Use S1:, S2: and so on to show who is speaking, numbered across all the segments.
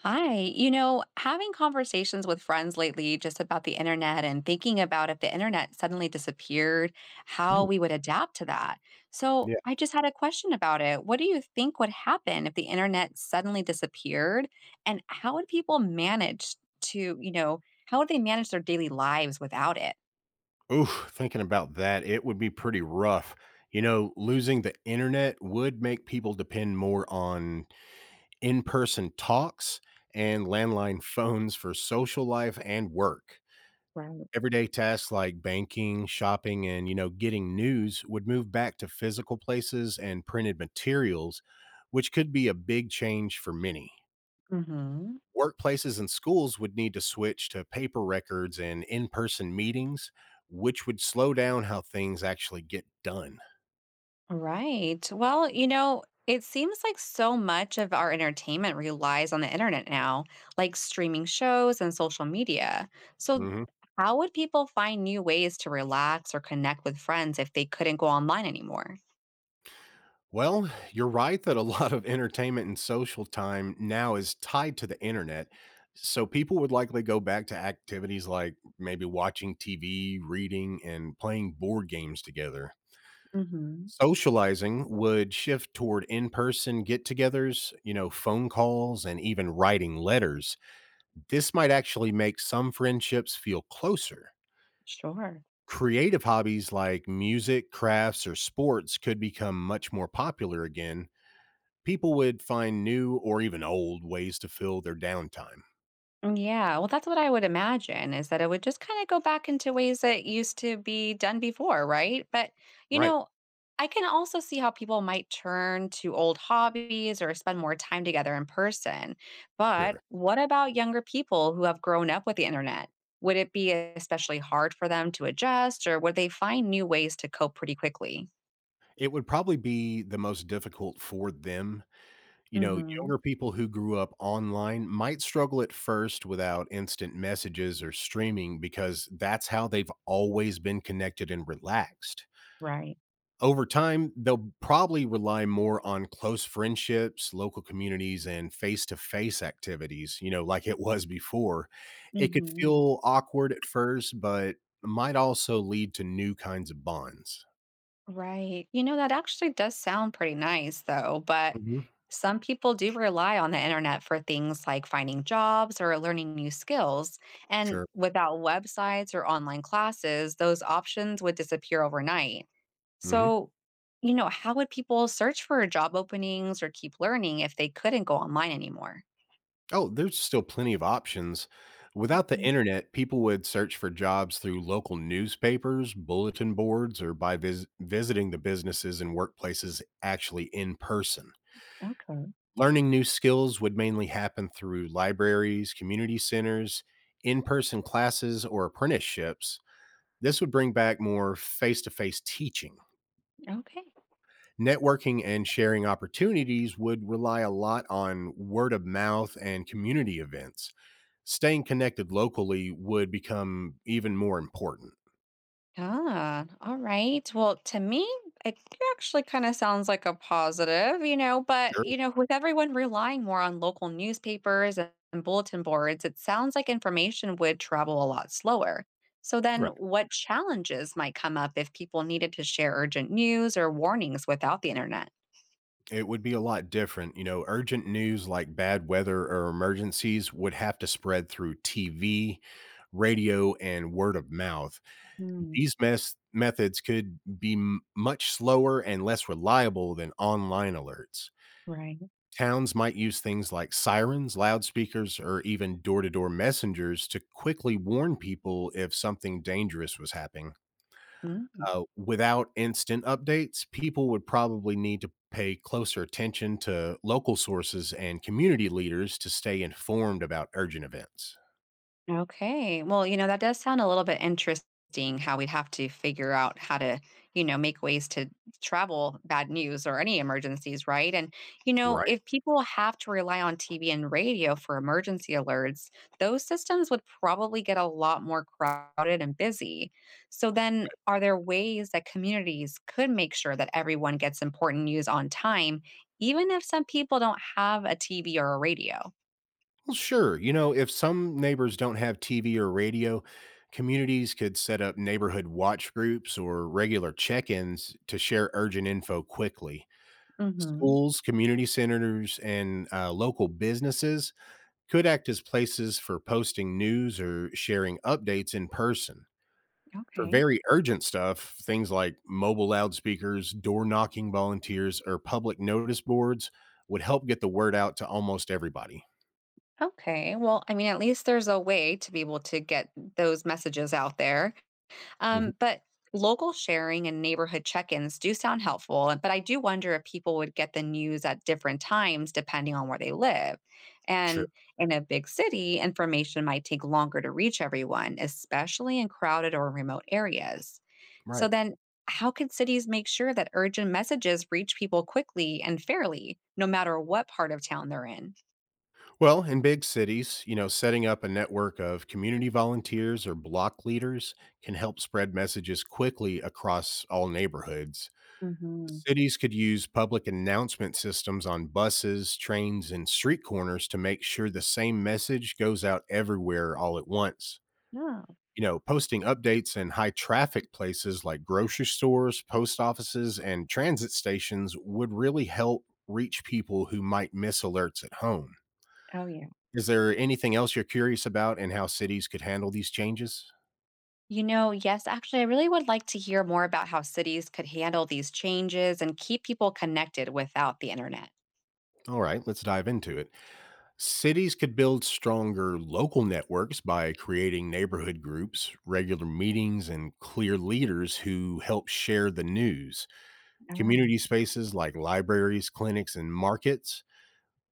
S1: Hi. You know, having conversations with friends lately just about the internet and thinking about if the internet suddenly disappeared, how
S2: Mm,
S1: we would adapt to that. So,
S2: yeah.
S1: I just had a question about it. What do you think would happen if the internet suddenly disappeared? And how would people manage to how would they manage their daily lives without it?
S2: Oof, thinking about that, it would be pretty rough. You know, losing the internet would make people depend more on in-person talks and landline phones for social life and work.
S1: Right.
S2: Everyday tasks like banking, shopping, and, you know, getting news would move back to physical places and printed materials, which could be a big change for many.
S1: Mhm.
S2: Workplaces and schools would need to switch to paper records and in person meetings, which would slow down how things actually get done.
S1: Right. Well, you know, it seems like so much of our entertainment relies on the internet now, like streaming shows and social media. So,
S2: Mhm.
S1: how would people find new ways to relax or connect with friends if they couldn't go online anymore?
S2: Well, you're right that a lot of entertainment and social time now is tied to the internet. So people would likely go back to activities like maybe watching TV, reading, and playing board games together.
S1: Hmm.
S2: Socializing would shift toward in person get togethers, you know, phone calls, and even writing letters. This might actually make some friendships feel closer.
S1: Sure.
S2: Creative hobbies like music, crafts, or sports could become much more popular again. People would find new or even old ways to fill their downtime.
S1: Yeah, well, that's what I would imagine, is that it would just kind of go back into ways that used to be done before, right? But, you
S2: Right.
S1: know, I can also see how people might turn to old hobbies or spend more time together in person. But
S2: Sure.
S1: what about younger people who have grown up with the internet? Would it be especially hard for them to adjust, or would they find new ways to cope pretty quickly?
S2: It would probably be the most difficult for them. You know,
S1: Hmm.
S2: younger people who grew up online might struggle at first without instant messages or streaming because that's how they've always been connected and relaxed.
S1: Right.
S2: Over time, they'll probably rely more on close friendships, local communities, and face to face activities, you know, like it was before. It could
S1: Hmm.
S2: feel awkward at first, but might also lead to new kinds of bonds.
S1: Right. You know, that actually does sound pretty nice, though. But
S2: Hmm.
S1: some people do rely on the internet for things like finding jobs or learning new skills. And
S2: Sure.
S1: without websites or online classes, those options would disappear overnight.
S2: Hmm.
S1: So, you know, how would people search for job openings or keep learning if they couldn't go online anymore?
S2: Oh, there's still plenty of options. Without the
S1: Mm.
S2: internet, people would search for jobs through local newspapers, bulletin boards, or by visiting the businesses and workplaces actually in person.
S1: Okay.
S2: Learning new skills would mainly happen through libraries, community centers, in person classes, or apprenticeships. This would bring back more face to face teaching.
S1: Okay.
S2: Networking and sharing opportunities would rely a lot on word of mouth and community events. Staying connected locally would become even more important.
S1: Ah, all right. Well, to me, it actually kind of sounds like a positive, you know, but, you
S2: Sure.
S1: know, with everyone relying more on local newspapers and bulletin boards, it sounds like information would travel a lot slower. So then, what challenges might come up if people needed to share urgent news or warnings without the internet?
S2: It would be a lot different. You know, urgent news like bad weather or emergencies would have to spread through TV, radio, and word of mouth.
S1: Mm.
S2: These methods could be much slower and less reliable than online alerts.
S1: Right.
S2: Towns might use things like sirens, loudspeakers, or even door to door messengers to quickly warn people if something dangerous was happening.
S1: Mm.
S2: Without instant updates, people would probably need to pay closer attention to local sources and community leaders to stay informed about urgent events.
S1: Okay. Well, you know, that does sound a little bit interesting, how we'd have to figure out how to make ways to travel bad news or any emergencies, right? And, you know,
S2: Right.
S1: if people have to rely on TV and radio for emergency alerts, those systems would probably get a lot more crowded and busy. So then, are there ways that communities could make sure that everyone gets important news on time, even if some people don't have a TV or a radio?
S2: Well, sure. You know, if some neighbors don't have TV or radio, communities could set up neighborhood watch groups or regular check ins to share urgent info quickly.
S1: Mhm.
S2: Schools, community centers, and local businesses could act as places for posting news or sharing updates in person. For
S1: Okay.
S2: very urgent stuff, things like mobile loudspeakers, door knocking volunteers, or public notice boards would help get the word out to almost everybody.
S1: Okay. Well, I mean, at least there's a way to be able to get those messages out there.
S2: Mhm.
S1: But local sharing and neighborhood check ins do sound helpful. But I do wonder if people would get the news at different times depending on where they live.
S2: Sure.
S1: And in a big city, information might take longer to reach everyone, especially in crowded or remote areas. So
S2: Right.
S1: then, how can cities make sure that urgent messages reach people quickly and fairly, no matter what part of town they're in?
S2: Well, in big cities, you know, setting up a network of community volunteers or block leaders can help spread messages quickly across all neighborhoods.
S1: Hmm.
S2: Cities could use public announcement systems on buses, trains, and street corners to make sure the same message goes out everywhere all at once.
S1: Yeah.
S2: You know, posting updates in high traffic places like grocery stores, post offices, and transit stations would really help reach people who might miss alerts at home.
S1: Oh, yeah.
S2: Is there anything else you're curious about and how cities could handle these changes?
S1: You know, yes, actually, I really would like to hear more about how cities could handle these changes and keep people connected without the internet.
S2: All right, let's dive into it. Cities could build stronger local networks by creating neighborhood groups, regular meetings, and clear leaders who help share the news.
S1: Oh.
S2: Community spaces like libraries, clinics, and markets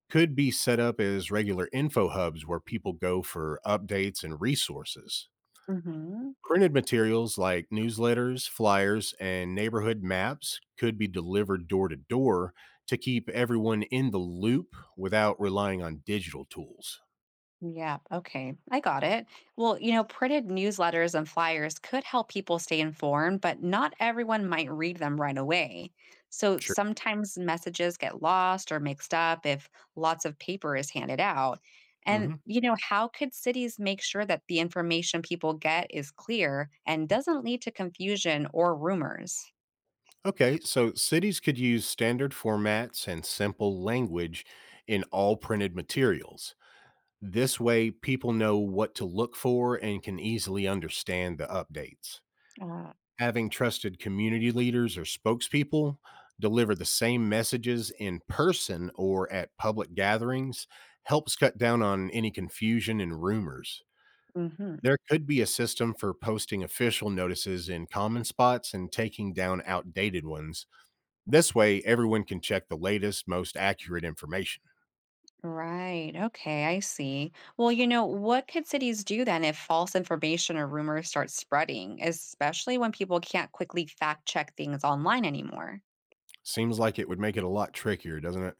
S2: could be set up as regular info hubs where people go for updates and resources.
S1: Hmm.
S2: Printed materials like newsletters, flyers, and neighborhood maps could be delivered door to door to keep everyone in the loop without relying on digital tools.
S1: Yeah, okay. I got it. Well, you know, printed newsletters and flyers could help people stay informed, but not everyone might read them right away. So
S2: Sure.
S1: sometimes messages get lost or mixed up if lots of paper is handed out. And,
S2: Hmm.
S1: you know, how could cities make sure that the information people get is clear and doesn't lead to confusion or rumors?
S2: Okay, so cities could use standard formats and simple language in all printed materials. This way, people know what to look for and can easily understand the updates.
S1: Uh,
S2: Having trusted community leaders or spokespeople deliver the same messages in person or at public gatherings helps cut down on any confusion and rumors.
S1: mhm.
S2: There could be a system for posting official notices in common spots and taking down outdated ones. This way, everyone can check the latest, most accurate information.
S1: Right. Okay, I see. Well, you know, what could cities do then if false information or rumors start spreading, especially when people can't quickly fact check things online anymore?
S2: Seems like it would make it a lot trickier, doesn't it?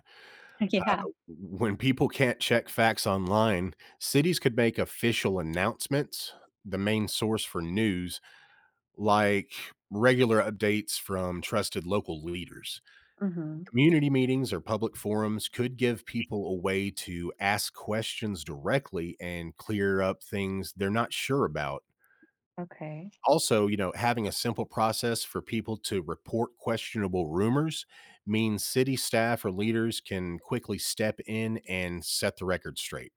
S2: Uh,
S1: Yeah.
S2: when people can't check facts online, cities could make official announcements, the main source for news, like regular updates from trusted local leaders.
S1: Hmm.
S2: Community meetings or public forums could give people a way to ask questions directly and clear up things they're not sure about.
S1: Okay.
S2: Also, you know, having a simple process for people to report questionable rumors means city staff or leaders can quickly step in and set the record straight.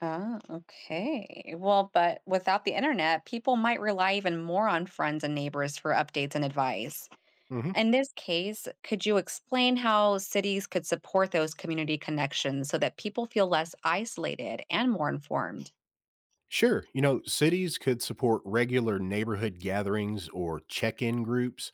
S1: Oh, okay. Well, but without the internet, people might rely even more on friends and neighbors for updates and advice.
S2: Mhm.
S1: In this case, could you explain how cities could support those community connections so that people feel less isolated and more informed?
S2: Sure, you know, cities could support regular neighborhood gatherings or check in groups,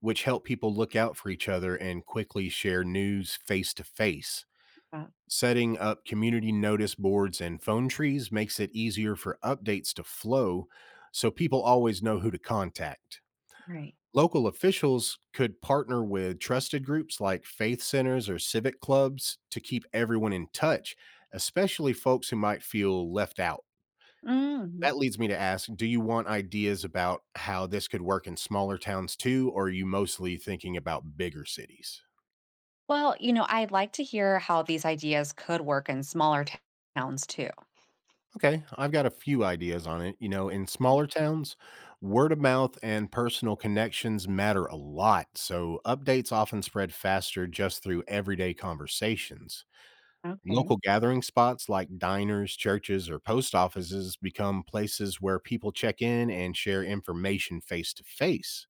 S2: which help people look out for each other and quickly share news face to face.
S1: Uh,
S2: Setting up community notice boards and phone trees makes it easier for updates to flow so people always know who to contact.
S1: right.
S2: Local officials could partner with trusted groups like faith centers or civic clubs to keep everyone in touch, especially folks who might feel left out.
S1: Mm.
S2: That leads me to ask, do you want ideas about how this could work in smaller towns too, or are you mostly thinking about bigger cities?
S1: Well, you know, I'd like to hear how these ideas could work in smaller towns too.
S2: Okay, I've got a few ideas on it. You know, in smaller towns, word of mouth and personal connections matter a lot. So updates often spread faster just through everyday conversations.
S1: Okay.
S2: Local gathering spots like diners, churches, or post offices become places where people check in and share information face to face.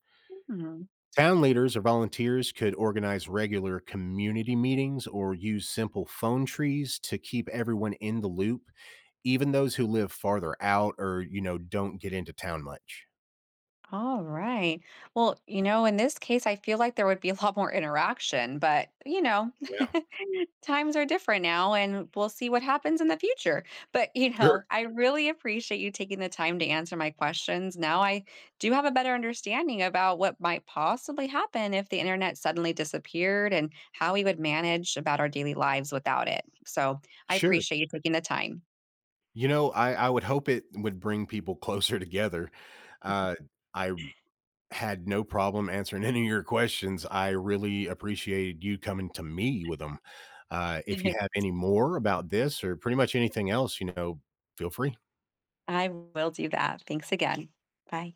S1: Hmm.
S2: Town leaders or volunteers could organize regular community meetings or use simple phone trees to keep everyone in the loop, even those who live farther out or, you know, don't get into town much.
S1: All right. Well, you know, in this case, I feel like there would be a lot more interaction, but you know,
S2: Yeah.
S1: times are different now and we'll see what happens in the future. But, you
S2: Sure.
S1: know, I really appreciate you taking the time to answer my questions. Now I do have a better understanding about what might possibly happen if the internet suddenly disappeared and how we would manage about our daily lives without it. So I
S2: Sure.
S1: appreciate you taking the time.
S2: You know, I would hope it would bring people closer together. Uh, I had no problem answering any of your questions. I really appreciated you coming to me with them. If you have any more about this or pretty much anything else, you know, feel free.
S1: I will do that. Thanks again. Bye.